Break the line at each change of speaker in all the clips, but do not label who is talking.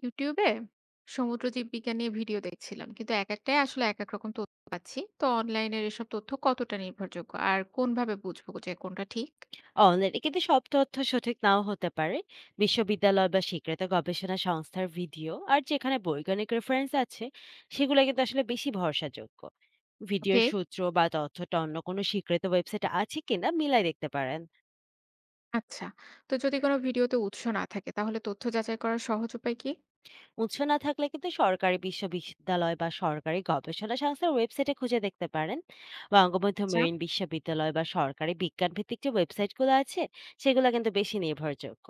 ইউটিউবে সমুদ্র জীববিজ্ঞান নিয়ে ভিডিও দেখছিলাম, কিন্তু এক একটাই আসলে এক এক রকম তথ্য পাচ্ছি। তো অনলাইনের এসব তথ্য কতটা নির্ভরযোগ্য আর কোনভাবে বুঝবো যে কোনটা ঠিক?
অনলাইনে কিন্তু সব তথ্য সঠিক নাও হতে পারে। বিশ্ববিদ্যালয় বা স্বীকৃত গবেষণা সংস্থার ভিডিও আর যেখানে বৈজ্ঞানিক রেফারেন্স আছে সেগুলো কিন্তু আসলে বেশি ভরসাযোগ্য। ভিডিওর
ওকে,
সূত্র বা তথ্যটা অন্য কোনো স্বীকৃত ওয়েবসাইটে আছে কিনা মিলাই দেখতে পারেন।
আচ্ছা। তো যদি কোনো ভিডিওতে উৎস না থাকে তাহলে তথ্য যাচাই করার সহজ উপায় কি?
উৎস না থাকলে কিন্তু সরকারি বিশ্ববিদ্যালয় বা সরকারি গবেষণা সংস্থার ওয়েবসাইটে খুঁজে দেখতে পারেন। বঙ্গবন্ধু
আচ্ছা।
মেরিন বিশ্ববিদ্যালয় বা সরকারি বিজ্ঞান ভিত্তিক যে ওয়েবসাইটগুলো আছে সেগুলো কিন্তু বেশি নির্ভরযোগ্য।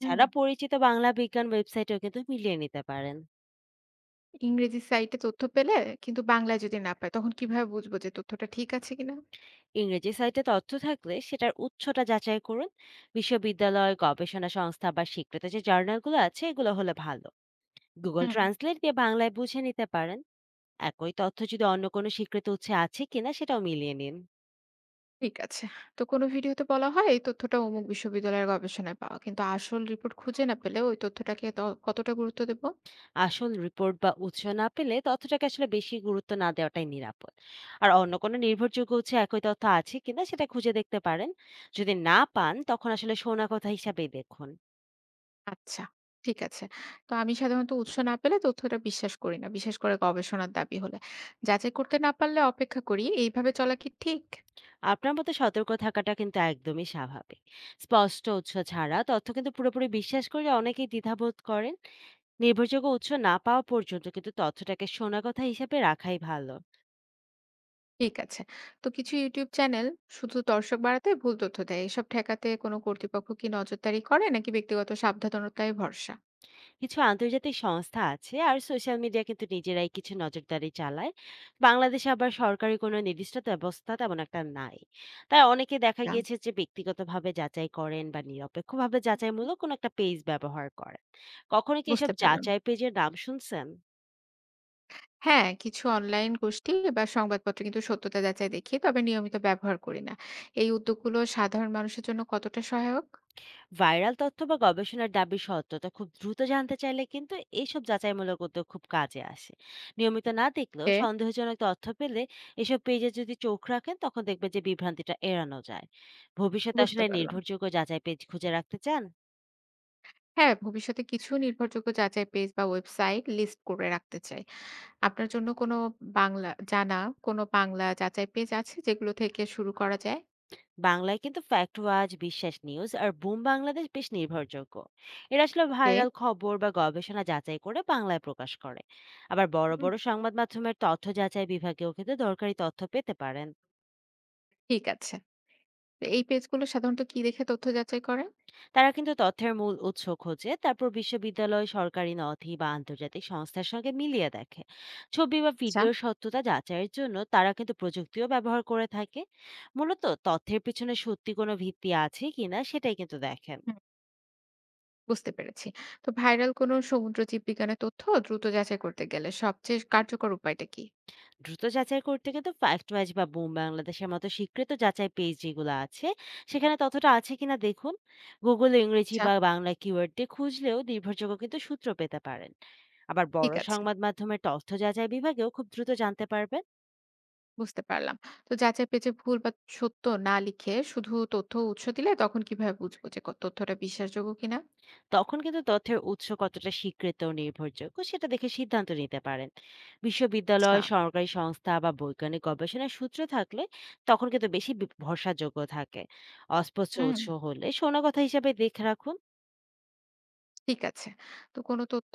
হুম।
পরিচিত বাংলা বিজ্ঞান ওয়েবসাইটেও কিন্তু মিলিয়ে নিতে পারেন।
ইংরেজি সাইটে তথ্য পেলে কিন্তু বাংলায় যদি না পায়, তখন কিভাবে বুঝবো যে তথ্যটা ঠিক আছে কিনা?
ইংরেজি সাইটে তথ্য থাকলে সেটার উৎসটা যাচাই করুন। বিশ্ববিদ্যালয়, গবেষণা সংস্থা বা স্বীকৃত যে জার্নালগুলো আছে এগুলো হলে ভালো। গুগল
হুম,
ট্রান্সলেট দিয়ে বাংলায় বুঝে নিতে পারেন। একই তথ্য যদি অন্য কোনো স্বীকৃত উৎসে আছে কিনা সেটাও মিলিয়ে নিন।
ঠিক আছে। তো কোনো ভিডিওতে বলা হয় এই তথ্যটা অমুক বিশ্ববিদ্যালয়ের গবেষণায় পাওয়া, কিন্তু আসল রিপোর্ট খুঁজে না পেলে ওই তথ্যটাকে কতটা গুরুত্ব দেব?
আসল রিপোর্ট বা উৎস না পেলে তথ্যটাকে আসলে বেশি গুরুত্ব না দেওয়াটাই নিরাপদ। আর অন্য কোনো নির্ভরযোগ্য উৎসে একই তথ্য আছে কিনা সেটা খুঁজে দেখতে পারেন। যদি না পান তখন আসলে শোনা কথা হিসাবেই দেখুন।
আচ্ছা, ঠিক আছে। তো আমি সাধারণত উৎস না পেলে তথ্যটা বিশ্বাস করি না। বিশেষ করে গবেষণার দাবি হলে। যাচাই করতে না পারলে অপেক্ষা করি। এইভাবে চলা কি ঠিক?
আপনার মতো সতর্ক থাকাটা কিন্তু একদমই স্বাভাবিক। স্পষ্ট উৎস ছাড়া তথ্য কিন্তু পুরোপুরি বিশ্বাস করলে অনেকেই দ্বিধাবোধ করেন। নির্ভরযোগ্য উৎস না পাওয়া পর্যন্ত কিন্তু তথ্যটাকে শোনা কথা হিসেবে রাখাই ভালো।
ঠিক আছে। তো কিছু YouTube চ্যানেল শুধু দর্শক বাড়াতে ভুল তথ্য দেয়। এসব ঠেকাতে কোনো কর্তৃপক্ষ কি নজরদারি করে, নাকি ব্যক্তিগত সাবধানতায় ভরসা?
কিছু আন্তর্জাতিক সংস্থা আছে আর সোশ্যাল মিডিয়া কিন্তু নিজেরাই কিছু নজরদারি চালায়। বাংলাদেশে আবার সরকারি কোনো নির্দিষ্ট ব্যবস্থা তেমন একটা নাই। তাই অনেকে দেখা
না।
গিয়েছে যে ব্যক্তিগতভাবে যাচাই করেন বা নিরপেক্ষভাবে যাচাইমূলক কোনো একটা পেজ ব্যবহার করেন। কখনো কি এসব
বুঝতে পারলাম।
যাচাই পেজের নাম শুনছেন?
হ্যাঁ, কিছু অনলাইন গোষ্ঠী বা সংবাদপত্রে কিন্তু সত্যতা যাচাই দেখি, তবে নিয়মিত ব্যবহার করি না। এই উদ্যোগগুলো সাধারণ মানুষের জন্য কতটা সহায়ক?
ভাইরাল তথ্য বা গবেষণার দাবির সত্যতা খুব দ্রুত জানতে চাইলে কিন্তু এইসব যাচাইমূলক উদ্যোগ খুব কাজে আসে। নিয়মিত না দেখলেও
ওকে।
সন্দেহজনক তথ্য পেলে এসব পেজে যদি চোখ রাখেন তখন দেখবেন যে বিভ্রান্তিটা এড়ানো যায়। ভবিষ্যতে
বুঝতে
আসলে
পারলাম।
নির্ভরযোগ্য যাচাই পেজ খুঁজে রাখতে চান।
হ্যাঁ, ভবিষ্যতে কিছু নির্ভরযোগ্য যাচাই পেজ বা ওয়েবসাইট লিস্ট করে রাখতে চাই। আপনার জন্য কোনো বাংলা জানা, কোনো বাংলা যাচাই পেজ আছে যেগুলো থেকে শুরু করা যায়?
বাংলায় কিন্তু ফ্যাক্ট ওয়াচ, বিশ্বাস নিউজ আর বুম বাংলাদেশ বেশ নির্ভরযোগ্য। এরা আসলে
ওকে,
ভাইরাল খবর বা গবেষণা যাচাই করে বাংলায় প্রকাশ করে। আবার বড়
হুম,
বড় সংবাদ মাধ্যমের তথ্য যাচাই বিভাগেও কিন্তু দরকারি তথ্য পেতে পারেন।
ঠিক আছে। তো এই পেজগুলো সাধারণত কি দেখে তথ্য যাচাই করে?
তারা কিন্তু তথ্যের মূল উৎস খোঁজে, তারপর বিশ্ববিদ্যালয়, সরকারি নথি বা আন্তর্জাতিক সংস্থার সঙ্গে মিলিয়ে দেখে। ছবি বা
আচ্ছা,
ভিডিওর সত্যতা যাচাইয়ের জন্য তারা কিন্তু প্রযুক্তিও ব্যবহার করে থাকে। মূলত তথ্যের পিছনে সত্যি কোনো ভিত্তি আছে কিনা সেটাই কিন্তু দেখেন।
হুম, বুঝতে পেরেছি। তো ভাইরাল কোনো সমুদ্র জীববিজ্ঞানের তথ্য দ্রুত যাচাই করতে গেলে সবচেয়ে কার্যকর উপায়টা কি?
দ্রুত যাচাই করতে কিন্তু ফ্যাক্ট ম্যাচ বা বুম বাংলাদেশের মতো স্বীকৃত যাচাই পেজ যেগুলো আছে সেখানে তথ্যটা আছে কিনা দেখুন। গুগল ইংরেজি
আচ্ছা,
বা বাংলা কিওয়ার্ড দিয়ে খুঁজলেও নির্ভরযোগ্য কিন্তু সূত্র পেতে পারেন। আবার
ঠিক
বড়
আছে।
সংবাদ মাধ্যমের তথ্য যাচাই বিভাগেও খুব দ্রুত জানতে পারবেন।
বুঝতে পারলাম। তো যাচাই পেজে ভুল বা সত্য না লিখে শুধু তথ্য উৎস দিলে তখন কিভাবে বুঝবো যে তথ্যটা বিশ্বাসযোগ্য কিনা?
তখন কিন্তু তথ্যের উৎস কতটা স্বীকৃত ও নির্ভরযোগ্য সেটা দেখে সিদ্ধান্ত নিতে পারেন।
আচ্ছা,
বিশ্ববিদ্যালয়, সরকারি সংস্থা বা বৈজ্ঞানিক গবেষণার সূত্র থাকলে তখন কিন্তু বেশি ভরসাযোগ্য থাকে। অস্পষ্ট
হুম,
উৎস হলে শোনা কথা হিসাবে দেখে রাখুন।
ঠিক আছে। তো কোনো তথ্য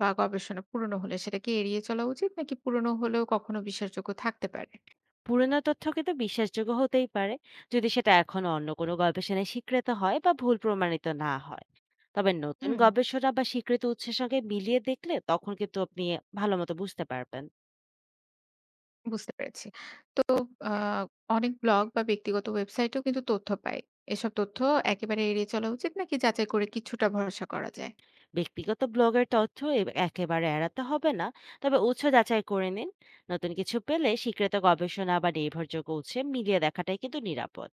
বা গবেষণা পুরনো হলে সেটা কি এড়িয়ে চলা উচিত, নাকি পুরনো হলেও কখনো বিশ্বাসযোগ্য থাকতে পারে?
পুরোনো তথ্য কিন্তু বিশ্বাসযোগ্য হতেই পারে যদি সেটা এখনো অন্য কোনো গবেষণায় স্বীকৃত হয় বা ভুল প্রমাণিত না হয়। তবে নতুন
হুম।
গবেষণা বা স্বীকৃত উৎসের সঙ্গে মিলিয়ে দেখলে তখন কিন্তু আপনি ভালো মতো বুঝতে পারবেন।
বুঝতে পেরেছি। তো আ অনেক ব্লগ বা ব্যক্তিগত ওয়েবসাইটেও কিন্তু তথ্য পাই। এসব তথ্য একেবারে এড়িয়ে চলা উচিত, নাকি যাচাই করে কিছুটা ভরসা করা যায়?
ব্যক্তিগত ব্লগের তথ্য একেবারে এড়াতে হবে না, তবে উৎস যাচাই করে নিন। নতুন কিছু পেলে স্বীকৃত গবেষণা বা নির্ভরযোগ্য উৎসে মিলিয়ে দেখাটাই কিন্তু নিরাপদ।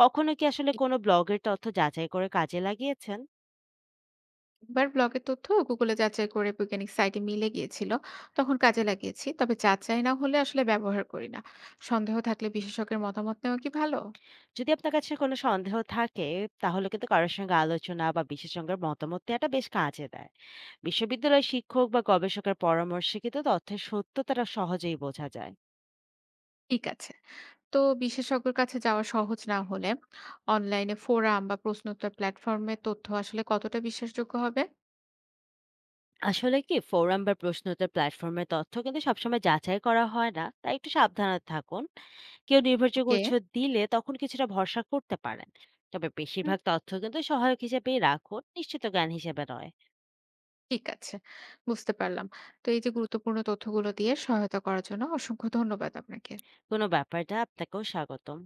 কখনো কি আসলে কোনো ব্লগের তথ্য যাচাই করে কাজে লাগিয়েছেন?
একবার ব্লগের তথ্য Google এ যাচাই করে বৈজ্ঞানিক সাইটে মিলে গিয়েছিল। তখন কাজে লাগিয়েছি। তবে যাচাই না হলে আসলে ব্যবহার করি না। সন্দেহ থাকলে বিশেষজ্ঞের মতামত নেওয়া কি ভালো?
যদি আপনার কাছে কোনো সন্দেহ থাকে তাহলে কিন্তু কারোর সঙ্গে আলোচনা বা বিশেষজ্ঞের মতামত নেওয়াটা বেশ কাজে দেয়। বিশ্ববিদ্যালয় শিক্ষক বা গবেষকের পরামর্শে কিন্তু তথ্যের সত্যতাটা সহজেই বোঝা যায়।
ঠিক আছে। তো বিশেষজ্ঞের কাছে যাওয়া সহজ না হলে অনলাইনে ফোরাম বা প্রশ্নোত্তর প্ল্যাটফর্মে তথ্য আসলে কতটা বিশ্বাসযোগ্য হবে?
আসলে কি ফোরাম বা প্রশ্নোত্তর প্ল্যাটফর্মের তথ্য কিন্তু সবসময় যাচাই করা হয় না, তাই একটু সাবধানে থাকুন। কেউ নির্ভরযোগ্য
ওকে,
উৎস দিলে তখন কিছুটা ভরসা করতে পারেন। তবে
হুম,
বেশিরভাগ তথ্য কিন্তু সহায়ক হিসেবেই রাখুন, নিশ্চিত জ্ঞান হিসেবে নয়।
ঠিক আছে, বুঝতে পারলাম। তো এই যে গুরুত্বপূর্ণ তথ্যগুলো দিয়ে সহায়তা করার জন্য অসংখ্য ধন্যবাদ আপনাকে।
কোনো ব্যাপারটা, আপনাকেও স্বাগতম।